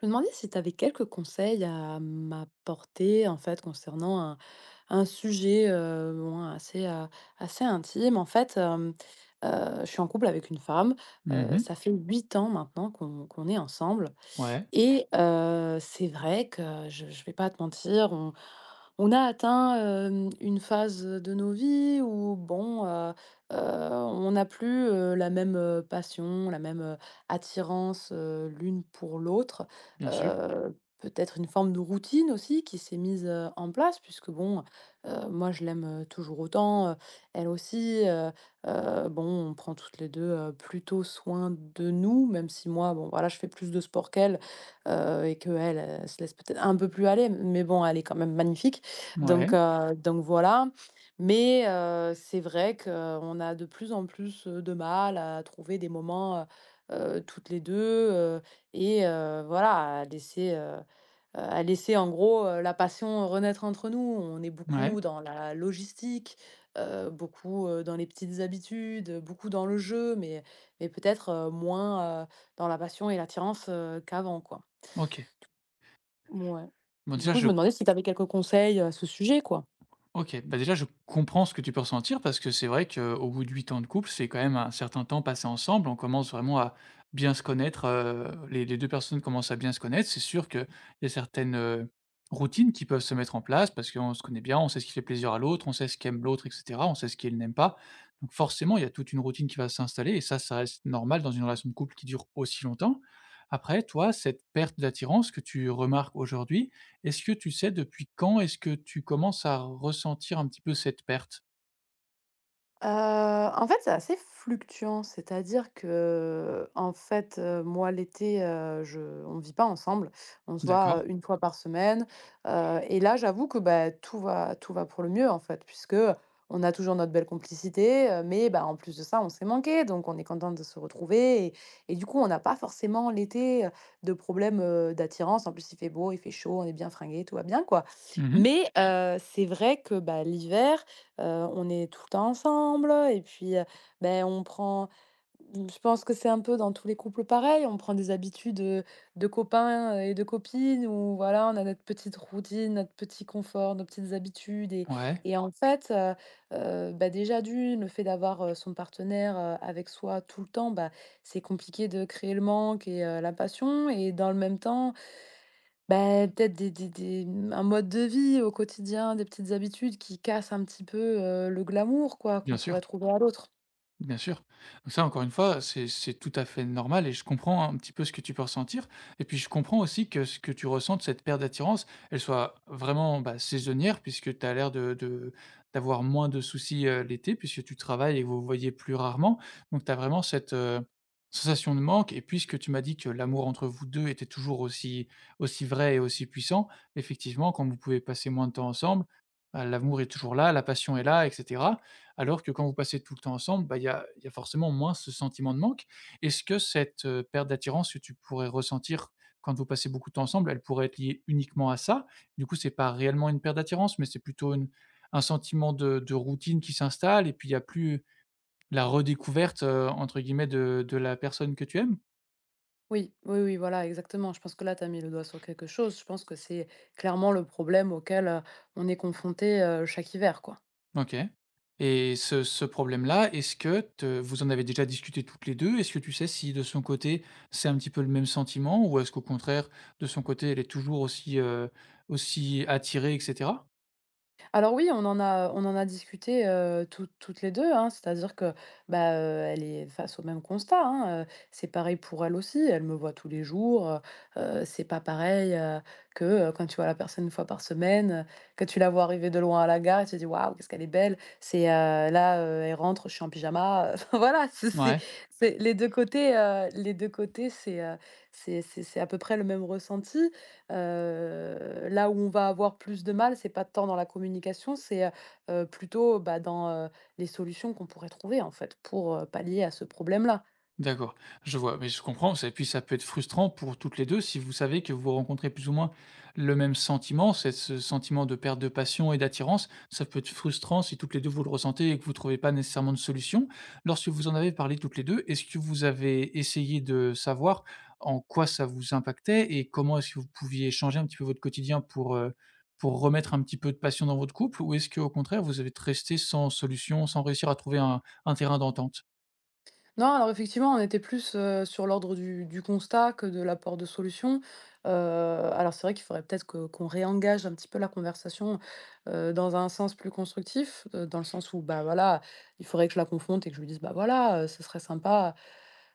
Je me demandais si tu avais quelques conseils à m'apporter en fait concernant un sujet bon, assez, assez intime. En fait, je suis en couple avec une femme. Mmh euh, mh. ça fait 8 ans maintenant qu'on est ensemble. Ouais, Et c'est vrai que je vais pas te mentir, on a atteint, une phase de nos vies où bon, on n'a plus, la même, passion, la même, attirance, l'une pour l'autre. bien sûr. Peut-être une forme de routine aussi qui s'est mise, en place puisque bon, moi je l'aime, toujours autant, elle aussi. Bon, on prend toutes les 2 plutôt soin de nous, même si moi, bon voilà, je fais plus de sport qu'elle. Et qu'elle, elle se laisse peut-être un peu plus aller, mais bon, elle est quand même magnifique. Donc Ouais, heu, donc voilà. Mais c'est vrai qu'on a de plus en plus, de mal à trouver des moments, toutes les deux, voilà, à laisser en gros, la passion renaître entre nous. On est ouais, beaucoup dans la logistique, beaucoup, dans les petites habitudes, beaucoup dans le jeu, mais peut-être, moins, dans la passion et l'attirance, qu'avant, quoi. OK. Mouais. Bon Du déjà coup, je je me demandais si tu avais quelques conseils à ce sujet, quoi? OK, bah, déjà je comprends ce que tu peux ressentir parce que c'est vrai qu'au bout de 8 ans de couple, c'est quand même un certain temps passé ensemble. On commence vraiment à bien se connaître, les 2 personnes commencent à bien se connaître. C'est sûr qu'il y a certaines, routines qui peuvent se mettre en place parce qu'on se connaît bien, on sait ce qui fait plaisir à l'autre, on sait ce qu'aime l'autre et cetera, on sait ce qu'il n'aime pas. Donc forcément, il y a toute une routine qui va s'installer et ça reste normal dans une relation de couple qui dure aussi longtemps. Après toi, cette perte d'attirance que tu remarques aujourd'hui, est-ce que tu sais depuis quand est-ce que tu commences à ressentir un petit peu cette perte? Heu, En fait, c'est assez fluctuant, c'est-à-dire que, en fait, moi l'été, je on ne vit pas ensemble. On se voit, D'accord. 1 fois par semaine. Et là, j'avoue que, bah, tout va pour le mieux, en fait, puisque on a toujours notre belle complicité, mais bah, en plus de ça, on s'est manqué, donc on est content de se retrouver et du coup, on n'a pas forcément l'été, de problème, d'attirance. En plus, il fait beau, il fait chaud, on est bien fringué, tout va bien, quoi. Mmh. Mais c'est vrai que, bah, l'hiver, Heu, on est tout le temps ensemble. Et puis, beh, je pense que c'est un peu dans tous les couples pareil, on prend des habitudes, de copains et de copines, où voilà, on a notre petite routine, notre petit confort, nos petites habitudes. Et Ouais, et en fait, bah, déjà d'1, le fait d'avoir, son partenaire, avec soi tout le temps, bah, c'est compliqué de créer le manque et la passion. Et dans le même temps, bah, peut-être un mode de vie au quotidien, des petites habitudes qui cassent un petit peu, le glamour quoi, qu'on bien pourrait sûr. trouver à l'autre. Bien sûr. Donc ça, encore une fois, c'est tout à fait normal et je comprends un petit peu ce que tu peux ressentir. Et puis, je comprends aussi que ce que tu ressens de cette perte d'attirance, elle soit vraiment bah, saisonnière puisque tu as l'air de d'avoir moins de soucis l'été puisque tu travailles et vous vous voyez plus rarement. Donc, tu as vraiment cette sensation de manque. Et puisque tu m'as dit que l'amour entre vous deux était toujours aussi, aussi vrai et aussi puissant, effectivement, quand vous pouvez passer moins de temps ensemble, bah, l'amour est toujours là, la passion est là, etc, alors que quand vous passez tout le temps ensemble, bah, il y a forcément moins ce sentiment de manque. Est-ce que cette, perte d'attirance que tu pourrais ressentir quand vous passez beaucoup de temps ensemble, elle pourrait être liée uniquement à ça? Du coup, c'est pas réellement une perte d'attirance, mais c'est plutôt une un sentiment de routine qui s'installe et puis il y a plus la «redécouverte», entre guillemets de la personne que tu aimes? Oui, oui, oui, voilà, exactement. Je pense que là, tu as mis le doigt sur quelque chose. Je pense que c'est clairement le problème auquel, on est confronté, chaque hiver, quoi. OK. Et ce problème-là, est-ce que te vous en avez déjà discuté toutes les deux? Est-ce que tu sais si de son côté, c'est un petit peu le même sentiment ou est-ce qu'au contraire, de son côté, elle est toujours aussi, aussi attirée et cetera? Alors oui, on en a discuté, toutes les deux, hein. C'est-à-dire que, bah, elle est face au même constat, hein. C'est pareil pour elle aussi. Elle me voit tous les jours. C'est pas pareil, que, quand tu vois la personne 1 fois par semaine, que tu la vois arriver de loin à la gare et tu te dis: «Waouh, qu'est-ce qu'elle est belle!» Là, elle rentre, je suis en pyjama. Voilà, c'est c'est Ouais. c'est les 2 côtés, c'est à peu près le même ressenti. Là où on va avoir plus de mal, c'est pas tant dans la communication, c'est, plutôt, bah, dans, les solutions qu'on pourrait trouver, en fait, pour, pallier à ce problème-là. D'accord, je vois, mais je comprends, ça et puis ça peut être frustrant pour toutes les 2 si vous savez que vous rencontrez plus ou moins le même sentiment, c'est ce sentiment de perte de passion et d'attirance. Ça peut être frustrant si toutes les 2 vous le ressentez et que vous ne trouvez pas nécessairement de solution. Lorsque vous en avez parlé toutes les 2, est-ce que vous avez essayé de savoir en quoi ça vous impactait et comment est-ce que vous pouviez changer un petit peu votre quotidien pour remettre un petit peu de passion dans votre couple? Ou est-ce qu'au contraire vous avez resté sans solution, sans réussir à trouver un terrain d'entente? Non, alors effectivement, on était plus, sur l'ordre du constat que de l'apport de solutions. Alors c'est vrai qu'il faudrait peut-être que qu'on réengage un petit peu la conversation, dans un sens plus constructif, dans le sens où, bah, voilà, il faudrait que je la confronte et que je lui dise: «Bah, voilà, ce serait sympa.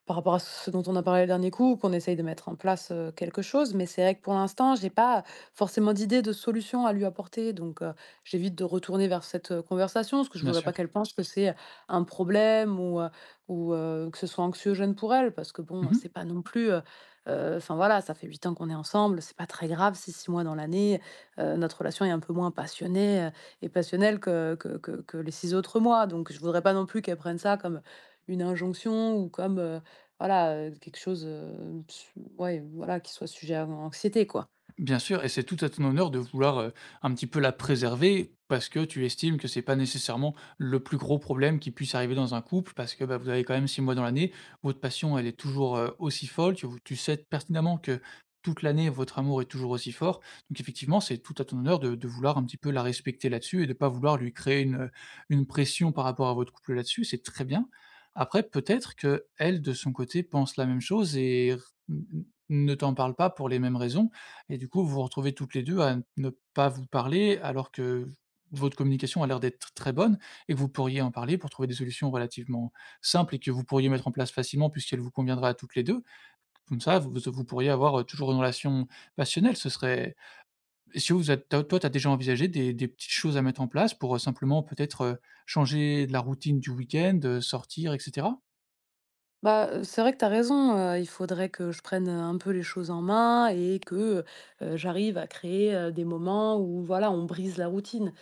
Par rapport à ce dont on a parlé le dernier coup, qu'on essaye de mettre en place, quelque chose.» Mais c'est vrai que pour l'instant, j'ai pas forcément d'idée de solution à lui apporter, donc j'évite de retourner vers cette, conversation, parce que je Bien voudrais sûr. pas qu'elle pense que c'est un problème ou que ce soit anxiogène pour elle, parce que bon, Mmh. c'est pas non plus, enfin voilà, ça fait 8 ans qu'on est ensemble, c'est pas très grave si 6 mois dans l'année, notre relation est un peu moins passionnée, et passionnelle que les 6 autres mois, donc je voudrais pas non plus qu'elle prenne ça comme une injonction ou comme, voilà, quelque chose, su ouais, voilà, qui soit sujet à anxiété, quoi. Bien sûr, et c'est tout à ton honneur de vouloir, un petit peu la préserver parce que tu estimes que c'est pas nécessairement le plus gros problème qui puisse arriver dans un couple parce que, bah, vous avez quand même 6 mois dans l'année. Votre passion, elle est toujours, aussi folle, tu sais pertinemment que toute l'année, votre amour est toujours aussi fort. Donc effectivement, c'est tout à ton honneur de vouloir un petit peu la respecter là-dessus et de pas vouloir lui créer une pression par rapport à votre couple là-dessus, c'est très bien. Après peut-être que elle de son côté, pense la même chose et ne t'en parle pas pour les mêmes raisons et du coup, vous vous retrouvez toutes les 2 à ne pas vous parler alors que votre communication a l'air d'être très bonne et que vous pourriez en parler pour trouver des solutions relativement simples et que vous pourriez mettre en place facilement puisqu'elle vous conviendra à toutes les 2. Comme ça, vous vous pourriez avoir, toujours une relation passionnelle. Ce serait si vous êtes toi, tu as déjà envisagé des petites choses à mettre en place pour, simplement peut-être, changer de la routine du week-end, sortir et cetera? Bah, c'est vrai que tu as raison, il faudrait que je prenne, un peu les choses en main et que, j'arrive à créer, des moments où voilà, on brise la routine.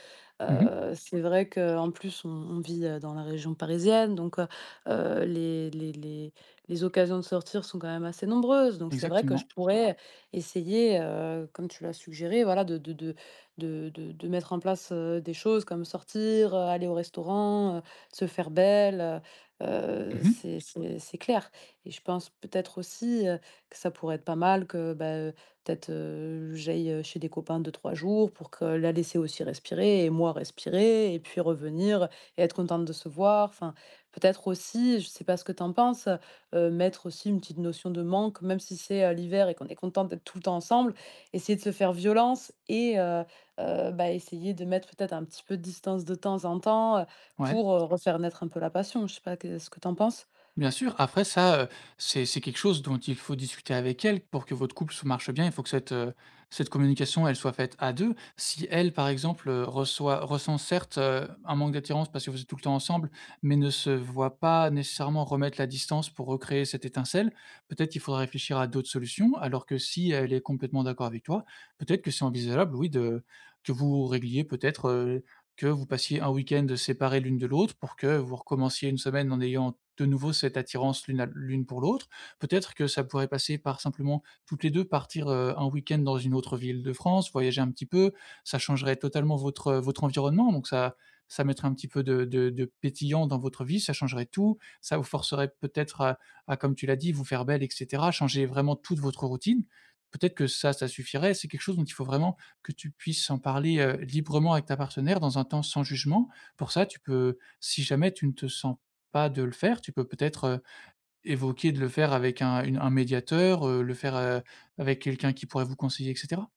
Mmh. C'est vrai qu'en plus on vit, dans la région parisienne. Donc heu, les les les les occasions de sortir sont quand même assez nombreuses, donc c'est vrai que je Exactement. pourrais essayer, comme tu l'as suggéré, voilà, de mettre en place, des choses comme sortir, aller au restaurant, se faire belle. Heu, Mmh. c'est c'est c'est clair. Et je pense peut-être aussi, que ça pourrait être pas mal que, bah, peut-être, j'aille, chez des copains 2-3 jours pour que la laisser aussi respirer et moi respirer et puis revenir et être contente de se voir. Enfin, peut-être aussi, je sais pas ce que tu en penses, mettre aussi une petite notion de manque, même si c'est, l'hiver et qu'on est contente d'être tout le temps ensemble, essayer de se faire violence et bah, essayer de mettre peut-être un petit peu de distance de temps en temps, Ouais. pour, refaire naître un peu la passion. Je sais pas, qu'est ce que tu en penses? Bien sûr, après ça, c'est quelque chose dont il faut discuter avec elle pour que votre couple se marche bien. Il faut que cette, cette communication, elle soit faite à 2. Si elle, par exemple, reçoit ressent certes, un manque d'attirance parce que vous êtes tout le temps ensemble, mais ne se voit pas nécessairement remettre la distance pour recréer cette étincelle, peut-être qu'il faudra réfléchir à d'autres solutions. Alors que si elle est complètement d'accord avec toi, peut-être que c'est envisageable, oui, de que vous régliez peut-être, que vous passiez un week-end séparés l'une de l'autre pour que vous recommenciez une semaine en ayant de nouveau cette attirance l'une à l'une pour l'autre. Peut-être que ça pourrait passer par simplement toutes les 2 partir, un week-end dans une autre ville de France, voyager un petit peu. Ça changerait totalement votre, votre environnement, donc ça ça mettrait un petit peu de de pétillant dans votre vie, ça changerait tout. Ça vous forcerait peut-être à, comme tu l'as dit, vous faire belle et cetera, changer vraiment toute votre routine. Peut-être que ça suffirait. C'est quelque chose dont il faut vraiment que tu puisses en parler, librement avec ta partenaire dans un temps sans jugement. Pour ça, tu peux si jamais tu ne te sens pas de le faire. Tu peux peut-être, évoquer de le faire avec un une un médiateur, le faire, avec quelqu'un qui pourrait vous conseiller et cetera.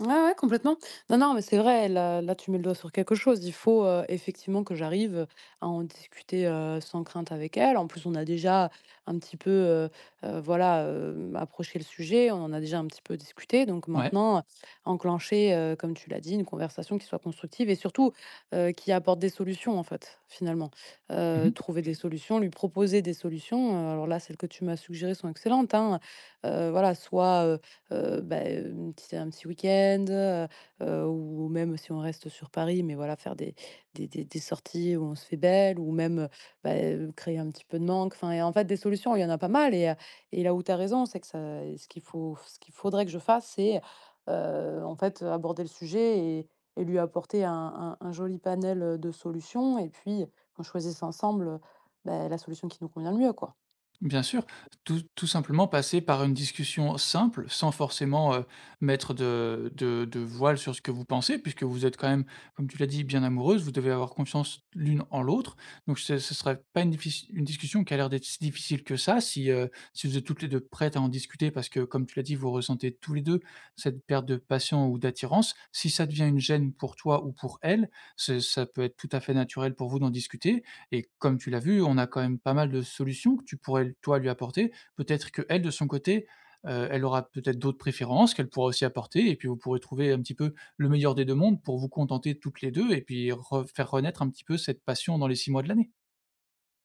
Ouais, ouais, complètement. Non, non, mais c'est vrai, tu mets le doigt sur quelque chose. Il faut, effectivement que j'arrive à en discuter, sans crainte avec elle. En plus, on a déjà un petit peu, voilà, approché le sujet, on en a déjà un petit peu discuté. Donc Ouais. maintenant, enclencher, comme tu l'as dit, une conversation qui soit constructive et surtout, qui apporte des solutions, en fait, finalement. Mmh. Trouver des solutions, lui proposer des solutions, alors là, celles que tu m'as suggérées sont excellentes, hein. Voilà, soit, bah, une petite un petit week-end, ou même si on reste sur Paris, mais voilà, faire des sorties où on se fait belle ou même, bah, créer un petit peu de manque. Enfin en fait, des solutions, il y en a pas mal et là où tu as raison, c'est que ça ce qu'il faudrait que je fasse, c'est, en fait, aborder le sujet et lui apporter un joli panel de solutions, et puis qu'on choisisse ensemble, bah, la solution qui nous convient le mieux, quoi. Bien sûr, tout tout simplement passer par une discussion simple, sans forcément, mettre de de voile sur ce que vous pensez, puisque vous êtes quand même, comme tu l'as dit, bien amoureuses, vous devez avoir confiance l'une en l'autre, donc ce ne sera pas une diffici une discussion qui a l'air d'être si difficile que ça, si, si vous êtes toutes les 2 prêtes à en discuter parce que, comme tu l'as dit, vous ressentez tous les 2 cette perte de passion ou d'attirance. Si ça devient une gêne pour toi ou pour elle, ce ça peut être tout à fait naturel pour vous d'en discuter et comme tu l'as vu, on a quand même pas mal de solutions que tu pourrais, toi, lui apporter. Peut-être qu'elle, de son côté, elle aura peut-être d'autres préférences qu'elle pourra aussi apporter et puis vous pourrez trouver un petit peu le meilleur des 2 mondes pour vous contenter toutes les 2. Et puis re faire renaître un petit peu cette passion dans les 6 mois de l'année.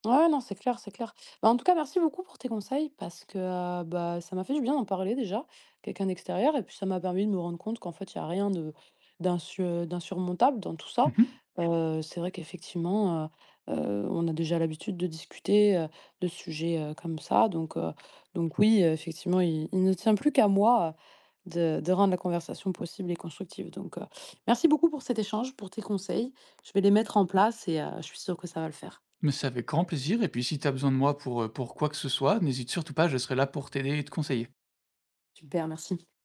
Ouais, non, c'est clair, c'est clair. Bah, en tout cas, merci beaucoup pour tes conseils parce que bah, ça m'a fait du bien d'en parler déjà, quelqu'un d'extérieur, et puis ça m'a permis de me rendre compte qu'en fait, il n'y a rien d'insurmontable dans tout ça. Mmh mh. C'est vrai qu'effectivement, on a déjà l'habitude de discuter de sujets comme ça. Donc oui, effectivement, il ne tient plus qu'à moi de rendre la conversation possible et constructive. Donc, merci beaucoup pour cet échange, pour tes conseils. Je vais les mettre en place et je suis sûre que ça va le faire. Mais c'est avec grand plaisir et puis si tu as besoin de moi pour quoi que ce soit, n'hésite surtout pas, je serai là pour t'aider et te conseiller. Super, merci.